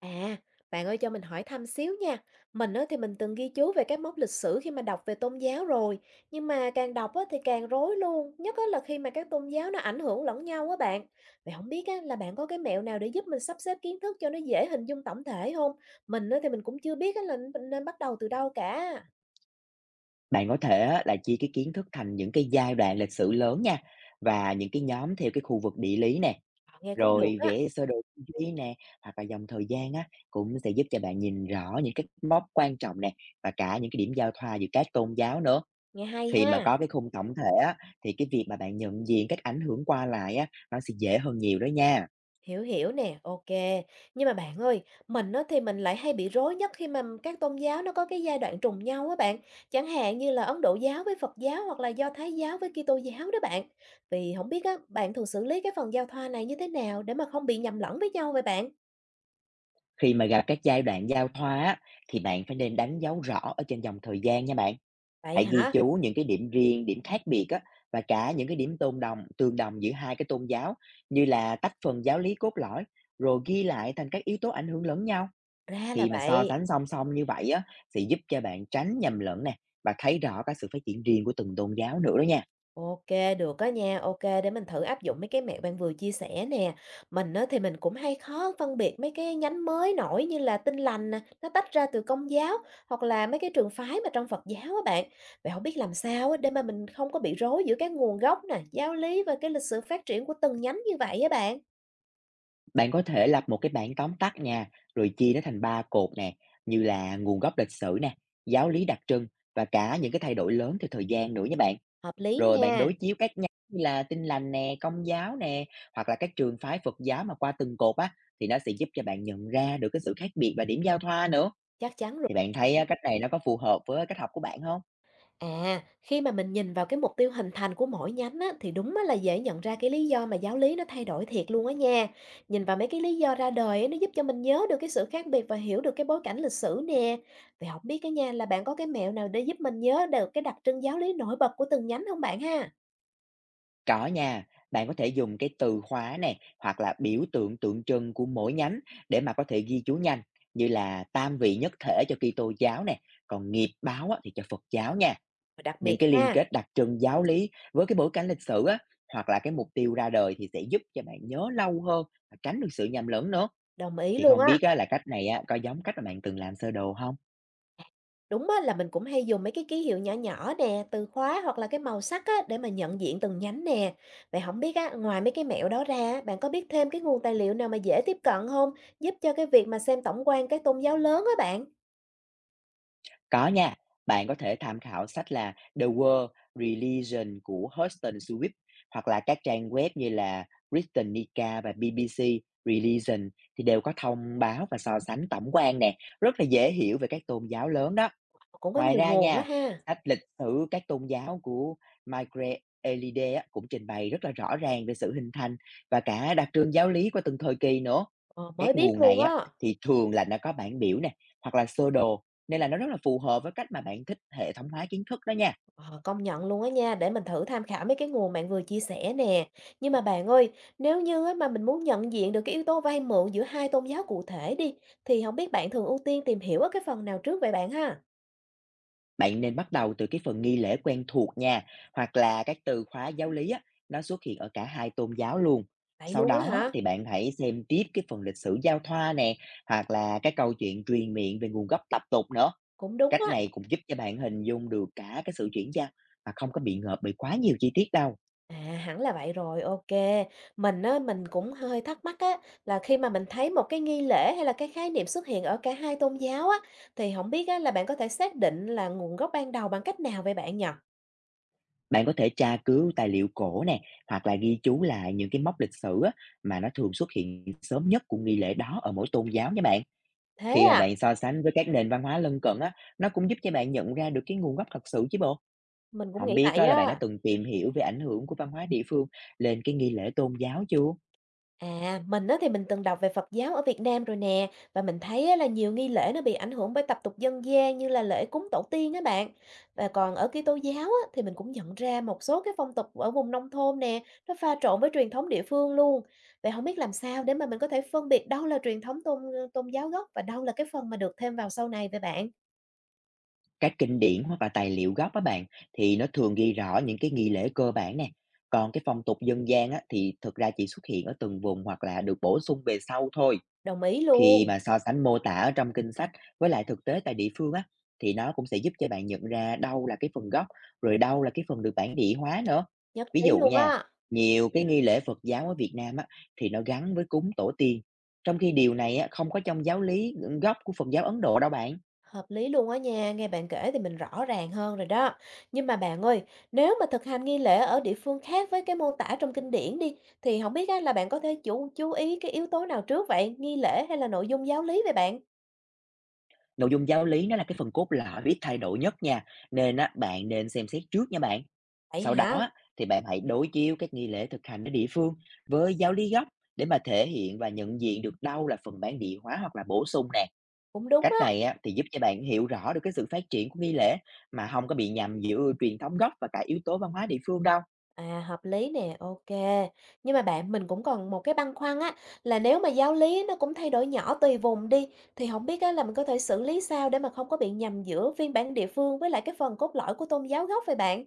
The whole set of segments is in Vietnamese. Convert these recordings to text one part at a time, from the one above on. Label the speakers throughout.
Speaker 1: À, bạn ơi cho mình hỏi thăm xíu nha. Mình á, thì mình từng ghi chú về các mốc lịch sử khi mà đọc về tôn giáo rồi. Nhưng mà càng đọc á, thì càng rối luôn. Nhất á, là khi mà các tôn giáo nó ảnh hưởng lẫn nhau á bạn. Vậy không biết á, là bạn có cái mẹo nào để giúp mình sắp xếp kiến thức cho nó dễ hình dung tổng thể không? Mình á, thì mình cũng chưa biết á, là mình nên bắt đầu từ đâu cả.
Speaker 2: Bạn có thể á, là chia cái kiến thức thành những cái giai đoạn lịch sử lớn nha và những cái nhóm theo cái khu vực địa lý nè,
Speaker 1: Ờ, nghe cũng được
Speaker 2: rồi
Speaker 1: á.
Speaker 2: vẽ sơ đồ tư duy nè hoặc là dòng thời gian á cũng sẽ giúp cho bạn nhìn rõ những cái mốc quan trọng nè và cả những cái điểm giao thoa giữa các tôn giáo nữa.
Speaker 1: Nghe hay
Speaker 2: Khi
Speaker 1: ha.
Speaker 2: mà có cái khung tổng thể á thì cái việc mà bạn nhận diện các ảnh hưởng qua lại á, nó sẽ dễ hơn nhiều đó nha.
Speaker 1: Hiểu, hiểu nè, OK. Nhưng mà bạn ơi, mình á thì mình lại hay bị rối nhất khi mà các tôn giáo nó có cái giai đoạn trùng nhau á bạn, chẳng hạn như là Ấn Độ giáo với Phật giáo hoặc là Do Thái giáo với Kitô giáo đó bạn. Vì không biết á, bạn thường xử lý cái phần giao thoa này như thế nào để mà không bị nhầm lẫn với nhau vậy bạn?
Speaker 2: Khi mà gặp các giai đoạn giao thoa á, thì bạn phải nên đánh dấu rõ ở trên dòng thời gian nha bạn.
Speaker 1: Vậy
Speaker 2: Hãy ghi
Speaker 1: hả?
Speaker 2: chú những cái điểm riêng, điểm khác biệt á, và cả những cái điểm tôn đồng tương đồng giữa hai cái tôn giáo, như là tách phần giáo lý cốt lõi rồi ghi lại thành các yếu tố ảnh hưởng lẫn nhau.
Speaker 1: Ra là
Speaker 2: Khi mà so
Speaker 1: vậy.
Speaker 2: sánh song song như vậy á, sẽ giúp cho bạn tránh nhầm lẫn nè và thấy rõ cái sự phát triển riêng của từng tôn giáo nữa đó nha.
Speaker 1: OK, được á nha, OK, để mình thử áp dụng mấy cái mẹo bạn vừa chia sẻ nè. Mình á, thì mình cũng hay khó phân biệt mấy cái nhánh mới nổi như là Tin Lành nè, nó tách ra từ Công giáo hoặc là mấy cái trường phái mà trong Phật giáo á bạn. Vậy không biết làm sao á, để mà mình không có bị rối giữa cái nguồn gốc nè, giáo lý và cái lịch sử phát triển của từng nhánh như vậy á bạn.
Speaker 2: Bạn có thể lập một cái bảng tóm tắt nha, rồi chia nó thành ba cột nè, như là nguồn gốc lịch sử nè, giáo lý đặc trưng và cả những cái thay đổi lớn theo thời gian nữa nha bạn.
Speaker 1: Hợp lý
Speaker 2: Rồi bạn
Speaker 1: nha,
Speaker 2: đối chiếu các nhánh như là Tin Lành nè, Công giáo nè, hoặc là các trường phái Phật giáo mà qua từng cột á, thì nó sẽ giúp cho bạn nhận ra được cái sự khác biệt và điểm giao thoa nữa.
Speaker 1: chắc chắn.
Speaker 2: Thì bạn thấy á, cách này nó có phù hợp với cách học của bạn không?
Speaker 1: À, khi mà mình nhìn vào cái mục tiêu hình thành của mỗi nhánh á, thì đúng á, là dễ nhận ra cái lý do mà giáo lý nó thay đổi thiệt luôn á nha. Nhìn vào mấy cái lý do ra đời á, nó giúp cho mình nhớ được cái sự khác biệt và hiểu được cái bối cảnh lịch sử nè. Vậy không biết cái nha là bạn có cái mẹo nào để giúp mình nhớ được cái đặc trưng giáo lý nổi bật của từng nhánh không bạn ha?
Speaker 2: Có nha, bạn có thể dùng cái từ khóa này hoặc là biểu tượng tượng trưng của mỗi nhánh để mà có thể ghi chú nhanh, như là tam vị nhất thể cho Kitô giáo nè, còn nghiệp báo á, thì cho Phật giáo nha.
Speaker 1: Và đặc
Speaker 2: Những
Speaker 1: biệt
Speaker 2: cái liên
Speaker 1: ha,
Speaker 2: kết đặc trưng giáo lý với cái bối cảnh lịch sử á, hoặc là cái mục tiêu ra đời thì sẽ giúp cho bạn nhớ lâu hơn và tránh được sự nhầm lẫn nữa.
Speaker 1: đồng ý
Speaker 2: Thì
Speaker 1: luôn
Speaker 2: không
Speaker 1: á.
Speaker 2: biết á, là cách này á, có giống cách mà bạn từng làm sơ đồ không?
Speaker 1: Đúng á, là mình cũng hay dùng mấy cái ký hiệu nhỏ nhỏ nè, từ khóa hoặc là cái màu sắc á, để mà nhận diện từng nhánh nè. Vậy không biết á, ngoài mấy cái mẹo đó ra, bạn có biết thêm cái nguồn tài liệu nào mà dễ tiếp cận không, giúp cho cái việc mà xem tổng quan các tôn giáo lớn á bạn.
Speaker 2: Có nha, bạn có thể tham khảo sách là The World Religion của Huston Swift, hoặc là các trang web như là Britannica và BBC Religion thì đều có thông báo và so sánh tổng quan nè, rất là dễ hiểu về các tôn giáo lớn đó.
Speaker 1: Cũng có
Speaker 2: Ngoài
Speaker 1: nhiều
Speaker 2: ra
Speaker 1: nguồn quá
Speaker 2: nha,
Speaker 1: ha,
Speaker 2: sách lịch sử các tôn giáo của Maikreelide á, cũng trình bày rất là rõ ràng về sự hình thành và cả đặc trưng giáo lý của từng thời kỳ nữa.
Speaker 1: ờ, mới
Speaker 2: Các
Speaker 1: biết
Speaker 2: nguồn
Speaker 1: luôn
Speaker 2: này á,
Speaker 1: á.
Speaker 2: thì thường là nó có bảng biểu nè, hoặc là sơ đồ, nên là nó rất là phù hợp với cách mà bạn thích hệ thống hóa kiến thức đó nha.
Speaker 1: Ờ, công nhận luôn á nha, để mình thử tham khảo mấy cái nguồn bạn vừa chia sẻ nè. Nhưng mà bạn ơi, nếu như á, mà mình muốn nhận diện được cái yếu tố vay mượn giữa hai tôn giáo cụ thể đi, thì không biết bạn thường ưu tiên tìm hiểu ở cái phần nào trước vậy bạn ha?
Speaker 2: Bạn nên bắt đầu từ cái phần nghi lễ quen thuộc nha, hoặc là các từ khóa giáo lý á, nó xuất hiện ở cả hai tôn giáo luôn.
Speaker 1: Vậy
Speaker 2: Sau
Speaker 1: luôn á
Speaker 2: đó á,
Speaker 1: hả?
Speaker 2: thì bạn hãy xem tiếp cái phần lịch sử giao thoa nè, hoặc là cái câu chuyện truyền miệng về nguồn gốc tập tục nữa.
Speaker 1: Cũng đúng
Speaker 2: Cách
Speaker 1: á.
Speaker 2: này cũng giúp cho bạn hình dung được cả cái sự chuyển giao mà không có bị ngợp bởi quá nhiều chi tiết đâu.
Speaker 1: À, hẳn là vậy rồi, OK. Mình á, mình cũng hơi thắc mắc á, là khi mà mình thấy một cái nghi lễ hay là cái khái niệm xuất hiện ở cả hai tôn giáo á, thì không biết á là bạn có thể xác định là nguồn gốc ban đầu bằng cách nào vậy bạn nhỉ?
Speaker 2: Bạn có thể tra cứu tài liệu cổ nè, hoặc là ghi chú lại những cái mốc lịch sử á, mà nó thường xuất hiện sớm nhất của nghi lễ đó ở mỗi tôn giáo nha bạn.
Speaker 1: Thế
Speaker 2: Khi mà
Speaker 1: à?
Speaker 2: bạn so sánh với các nền văn hóa lân cận á, nó cũng giúp cho bạn nhận ra được cái nguồn gốc thật sự chứ bộ.
Speaker 1: Mình cũng
Speaker 2: Không
Speaker 1: nghĩ
Speaker 2: biết
Speaker 1: vậy
Speaker 2: á, là bạn đã
Speaker 1: á.
Speaker 2: từng tìm hiểu về ảnh hưởng của văn hóa địa phương lên cái nghi lễ tôn giáo chưa?
Speaker 1: À, mình á thì mình từng đọc về Phật giáo ở Việt Nam rồi nè và mình thấy á là nhiều nghi lễ nó bị ảnh hưởng bởi tập tục dân gian như là lễ cúng tổ tiên á bạn. Và còn ở Kitô giáo á thì mình cũng nhận ra một số cái phong tục ở vùng nông thôn nè, nó pha trộn với truyền thống địa phương luôn. Vậy không biết làm sao để mà mình có thể phân biệt đâu là truyền thống tôn tôn giáo gốc và đâu là cái phần mà được thêm vào sau này về bạn.
Speaker 2: Các kinh điển hoặc là tài liệu gốc á bạn, thì nó thường ghi rõ những cái nghi lễ cơ bản nè. Còn cái phong tục dân gian á, thì thực ra chỉ xuất hiện ở từng vùng hoặc là được bổ sung về sau thôi.
Speaker 1: Đồng ý
Speaker 2: Khi
Speaker 1: luôn,
Speaker 2: mà so sánh mô tả ở trong kinh sách với lại thực tế tại địa phương á, thì nó cũng sẽ giúp cho bạn nhận ra đâu là cái phần gốc, rồi đâu là cái phần được bản địa hóa nữa.
Speaker 1: nhất
Speaker 2: Ví
Speaker 1: trí
Speaker 2: dụ
Speaker 1: luôn
Speaker 2: nha,
Speaker 1: á.
Speaker 2: nhiều cái nghi lễ Phật giáo ở Việt Nam á, thì nó gắn với cúng tổ tiên, trong khi điều này á, không có trong giáo lý gốc của Phật giáo Ấn Độ đâu bạn.
Speaker 1: Hợp lý luôn á nha, nghe bạn kể thì mình rõ ràng hơn rồi đó. Nhưng mà bạn ơi, nếu mà thực hành nghi lễ ở địa phương khác với cái mô tả trong kinh điển đi, thì không biết á, là bạn có thể chú ý cái yếu tố nào trước vậy, nghi lễ hay là nội dung giáo lý vậy bạn?
Speaker 2: Nội dung giáo lý nó là cái phần cốt lõi ít thay đổi nhất nha, nên á, bạn nên xem xét trước nha bạn.
Speaker 1: Vậy
Speaker 2: Sau đó
Speaker 1: hả?
Speaker 2: á, thì bạn hãy đối chiếu các nghi lễ thực hành ở địa phương với giáo lý gốc, để mà thể hiện và nhận diện được đâu là phần bản địa hóa hoặc là bổ sung nè.
Speaker 1: Cũng đúng
Speaker 2: Cách
Speaker 1: á.
Speaker 2: này á, thì giúp cho bạn hiểu rõ được cái sự phát triển của nghi lễ mà không có bị nhầm giữa truyền thống gốc và cả yếu tố văn hóa địa phương đâu.
Speaker 1: À, hợp lý nè, OK. Nhưng mà bạn mình cũng còn một cái băn khoăn á, là nếu mà giáo lý nó cũng thay đổi nhỏ tùy vùng đi thì không biết á, là mình có thể xử lý sao để mà không có bị nhầm giữa phiên bản địa phương với lại cái phần cốt lõi của tôn giáo gốc vậy bạn?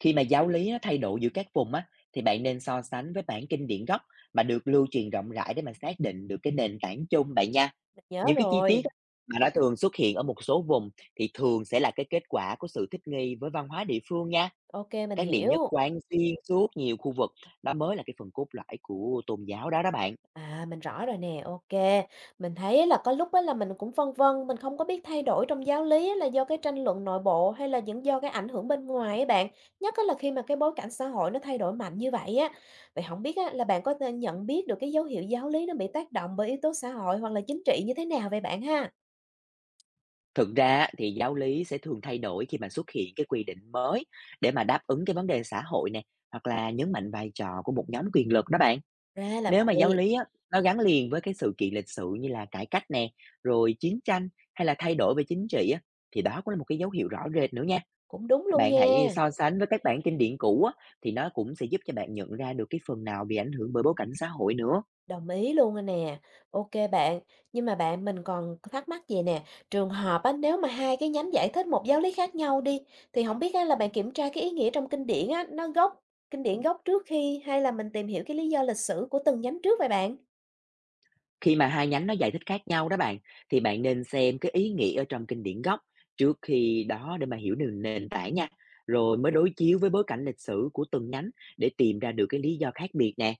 Speaker 2: Khi mà giáo lý nó thay đổi giữa các vùng á, thì bạn nên so sánh với bản kinh điển gốc mà được lưu truyền rộng rãi để mà xác định được cái nền tảng chung bạn nha.
Speaker 1: Mình nhớ
Speaker 2: Những cái chi tiết
Speaker 1: rồi.
Speaker 2: á, mà nó thường xuất hiện ở một số vùng thì thường sẽ là cái kết quả của sự thích nghi với văn hóa địa phương nha.
Speaker 1: OK, mình
Speaker 2: Các điểm nhất
Speaker 1: hiểu.
Speaker 2: quán xuyên suốt nhiều khu vực, đó mới là cái phần cốt lõi của tôn giáo đó đó bạn.
Speaker 1: À, mình rõ rồi nè, OK. Mình thấy là có lúc á là mình cũng phân vân, mình không có biết thay đổi trong giáo lý á là do cái tranh luận nội bộ hay là những do cái ảnh hưởng bên ngoài ấy bạn. Nhất á là khi mà cái bối cảnh xã hội nó thay đổi mạnh như vậy á. Vậy không biết á là bạn có thể nhận biết được cái dấu hiệu giáo lý nó bị tác động bởi yếu tố xã hội hoặc là chính trị như thế nào vậy bạn ha?
Speaker 2: Thực ra á, thì giáo lý sẽ thường thay đổi khi mà xuất hiện cái quy định mới để mà đáp ứng cái vấn đề xã hội nè, hoặc là nhấn mạnh vai trò của một nhóm quyền lực đó bạn.
Speaker 1: Ra là
Speaker 2: Nếu mà giáo
Speaker 1: vậy,
Speaker 2: lý á, nó gắn liền với cái sự kiện lịch sử như là cải cách nè, rồi chiến tranh hay là thay đổi về chính trị á, thì đó cũng là một cái dấu hiệu rõ rệt nữa nha.
Speaker 1: cũng đúng luôn
Speaker 2: Bạn
Speaker 1: nha.
Speaker 2: hãy so sánh với các bản kinh điển cũ á, thì nó cũng sẽ giúp cho bạn nhận ra được cái phần nào bị ảnh hưởng bởi bối cảnh xã hội nữa.
Speaker 1: Đồng ý luôn rồi nè. OK bạn, nhưng mà bạn mình còn thắc mắc gì nè, trường hợp á, nếu mà hai cái nhánh giải thích một giáo lý khác nhau đi, thì không biết á, là bạn kiểm tra cái ý nghĩa trong kinh điển á, nó gốc kinh điển gốc trước khi hay là mình tìm hiểu cái lý do lịch sử của từng nhánh trước vậy bạn?
Speaker 2: Khi mà hai nhánh nó giải thích khác nhau đó bạn, thì bạn nên xem cái ý nghĩa ở trong kinh điển gốc trước khi đó, để mà hiểu được nền tảng nha. Rồi mới đối chiếu với bối cảnh lịch sử của từng nhánh để tìm ra được cái lý do khác biệt nè.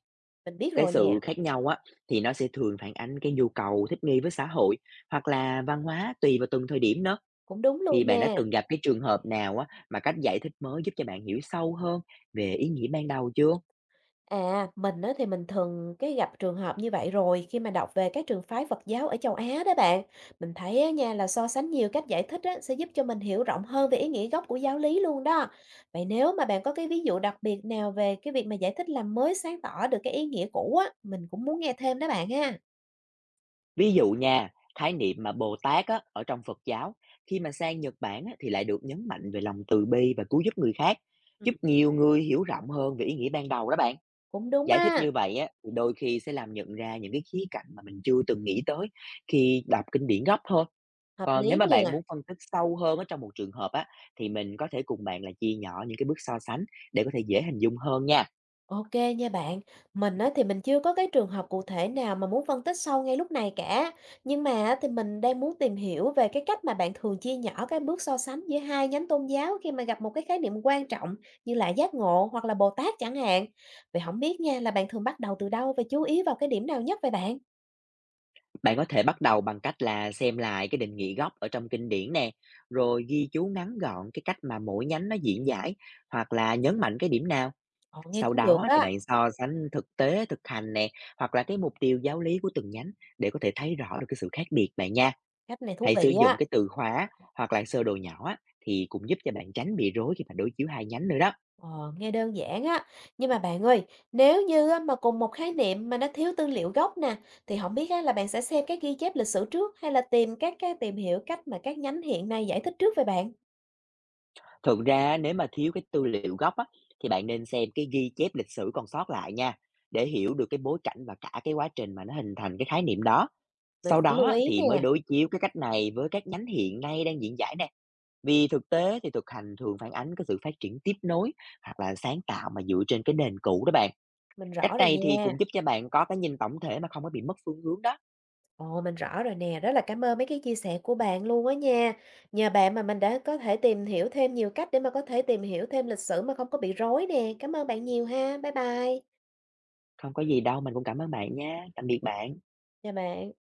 Speaker 1: Mình biết
Speaker 2: Cái
Speaker 1: rồi nè,
Speaker 2: sự khác nhau á, thì nó sẽ thường phản ánh cái nhu cầu thích nghi với xã hội hoặc là văn hóa tùy vào từng thời điểm nữa.
Speaker 1: cũng đúng
Speaker 2: Thì
Speaker 1: luôn
Speaker 2: bạn đã
Speaker 1: nha.
Speaker 2: từng gặp cái trường hợp nào á, mà cách giải thích mới giúp cho bạn hiểu sâu hơn về ý nghĩa ban đầu chưa?
Speaker 1: À, mình á, thì mình thường cái gặp trường hợp như vậy rồi khi mà đọc về các trường phái Phật giáo ở châu Á đó bạn. Mình thấy á, nha là so sánh nhiều cách giải thích á, sẽ giúp cho mình hiểu rộng hơn về ý nghĩa gốc của giáo lý luôn đó. Vậy nếu mà bạn có cái ví dụ đặc biệt nào về cái việc mà giải thích làm mới sáng tỏ được cái ý nghĩa cũ á, mình cũng muốn nghe thêm đó bạn ha.
Speaker 2: Ví dụ nha, khái niệm mà Bồ Tát á, ở trong Phật giáo, khi mà sang Nhật Bản á, thì lại được nhấn mạnh về lòng từ bi và cứu giúp người khác,
Speaker 1: Ừ.
Speaker 2: giúp nhiều người hiểu rộng hơn về ý nghĩa ban đầu đó bạn.
Speaker 1: Cũng đúng
Speaker 2: Giải thích
Speaker 1: á,
Speaker 2: như vậy á, thì đôi khi sẽ làm nhận ra những cái khía cạnh mà mình chưa từng nghĩ tới khi đọc kinh điển gốc thôi.
Speaker 1: hợp
Speaker 2: Còn
Speaker 1: lý
Speaker 2: nếu mà bạn
Speaker 1: nè.
Speaker 2: muốn phân tích sâu hơn ở trong một trường hợp á, thì mình có thể cùng bạn là chia nhỏ những cái bước so sánh để có thể dễ hình dung hơn nha.
Speaker 1: OK nha bạn. Mình á, thì mình chưa có cái trường hợp cụ thể nào mà muốn phân tích sâu ngay lúc này cả. Nhưng mà á, thì mình đang muốn tìm hiểu về cái cách mà bạn thường chia nhỏ các bước so sánh giữa hai nhánh tôn giáo khi mà gặp một cái khái niệm quan trọng như là giác ngộ hoặc là Bồ Tát chẳng hạn. Vậy không biết nha là bạn thường bắt đầu từ đâu và chú ý vào cái điểm nào nhất vậy bạn?
Speaker 2: Bạn có thể bắt đầu bằng cách là xem lại cái định nghĩa gốc ở trong kinh điển nè, rồi ghi chú ngắn gọn cái cách mà mỗi nhánh nó diễn giải hoặc là nhấn mạnh cái điểm nào.
Speaker 1: Ồ, nghe
Speaker 2: Sau
Speaker 1: cũng được
Speaker 2: đó thì
Speaker 1: á.
Speaker 2: bạn so sánh thực hành nè, hoặc là cái mục tiêu giáo lý của từng nhánh để có thể thấy rõ được cái sự khác biệt bạn nha.
Speaker 1: Cách này thú
Speaker 2: Hãy
Speaker 1: vị
Speaker 2: sử dụng
Speaker 1: á.
Speaker 2: cái từ khóa hoặc là sơ đồ nhỏ á, thì cũng giúp cho bạn tránh bị rối khi mà đối chiếu hai nhánh nữa đó.
Speaker 1: Ờ, nghe đơn giản á, nhưng mà bạn ơi, nếu như á, mà cùng một khái niệm mà nó thiếu tư liệu gốc nè, thì không biết á, là bạn sẽ xem các ghi chép lịch sử trước hay là tìm các cái tìm hiểu cách mà các nhánh hiện nay giải thích trước về bạn.
Speaker 2: Thực ra nếu mà thiếu cái tư liệu gốc á, thì bạn nên xem cái ghi chép lịch sử còn sót lại nha, để hiểu được cái bối cảnh và cả cái quá trình mà nó hình thành cái khái niệm đó.
Speaker 1: Mình
Speaker 2: Sau
Speaker 1: sẽ
Speaker 2: đó
Speaker 1: lưu
Speaker 2: á,
Speaker 1: ý
Speaker 2: thì mới
Speaker 1: nè,
Speaker 2: đối chiếu cái cách này với các nhánh hiện nay đang diễn giải nè. Vì thực tế thì thực hành thường phản ánh cái sự phát triển tiếp nối hoặc là sáng tạo mà dựa trên cái nền cũ đó bạn.
Speaker 1: mình
Speaker 2: Cách
Speaker 1: rõ rồi
Speaker 2: này thì
Speaker 1: nha.
Speaker 2: cũng giúp cho bạn có cái nhìn tổng thể mà không có bị mất phương hướng đó.
Speaker 1: Ồ, mình rõ rồi nè, rất là cảm ơn mấy cái chia sẻ của bạn luôn á nha. Nhờ bạn mà mình đã có thể tìm hiểu thêm nhiều cách để mà có thể tìm hiểu thêm lịch sử mà không có bị rối nè. Cảm ơn bạn nhiều ha, bye bye.
Speaker 2: Không có gì đâu, mình cũng cảm ơn bạn nha. Tạm biệt bạn.
Speaker 1: Chào bạn.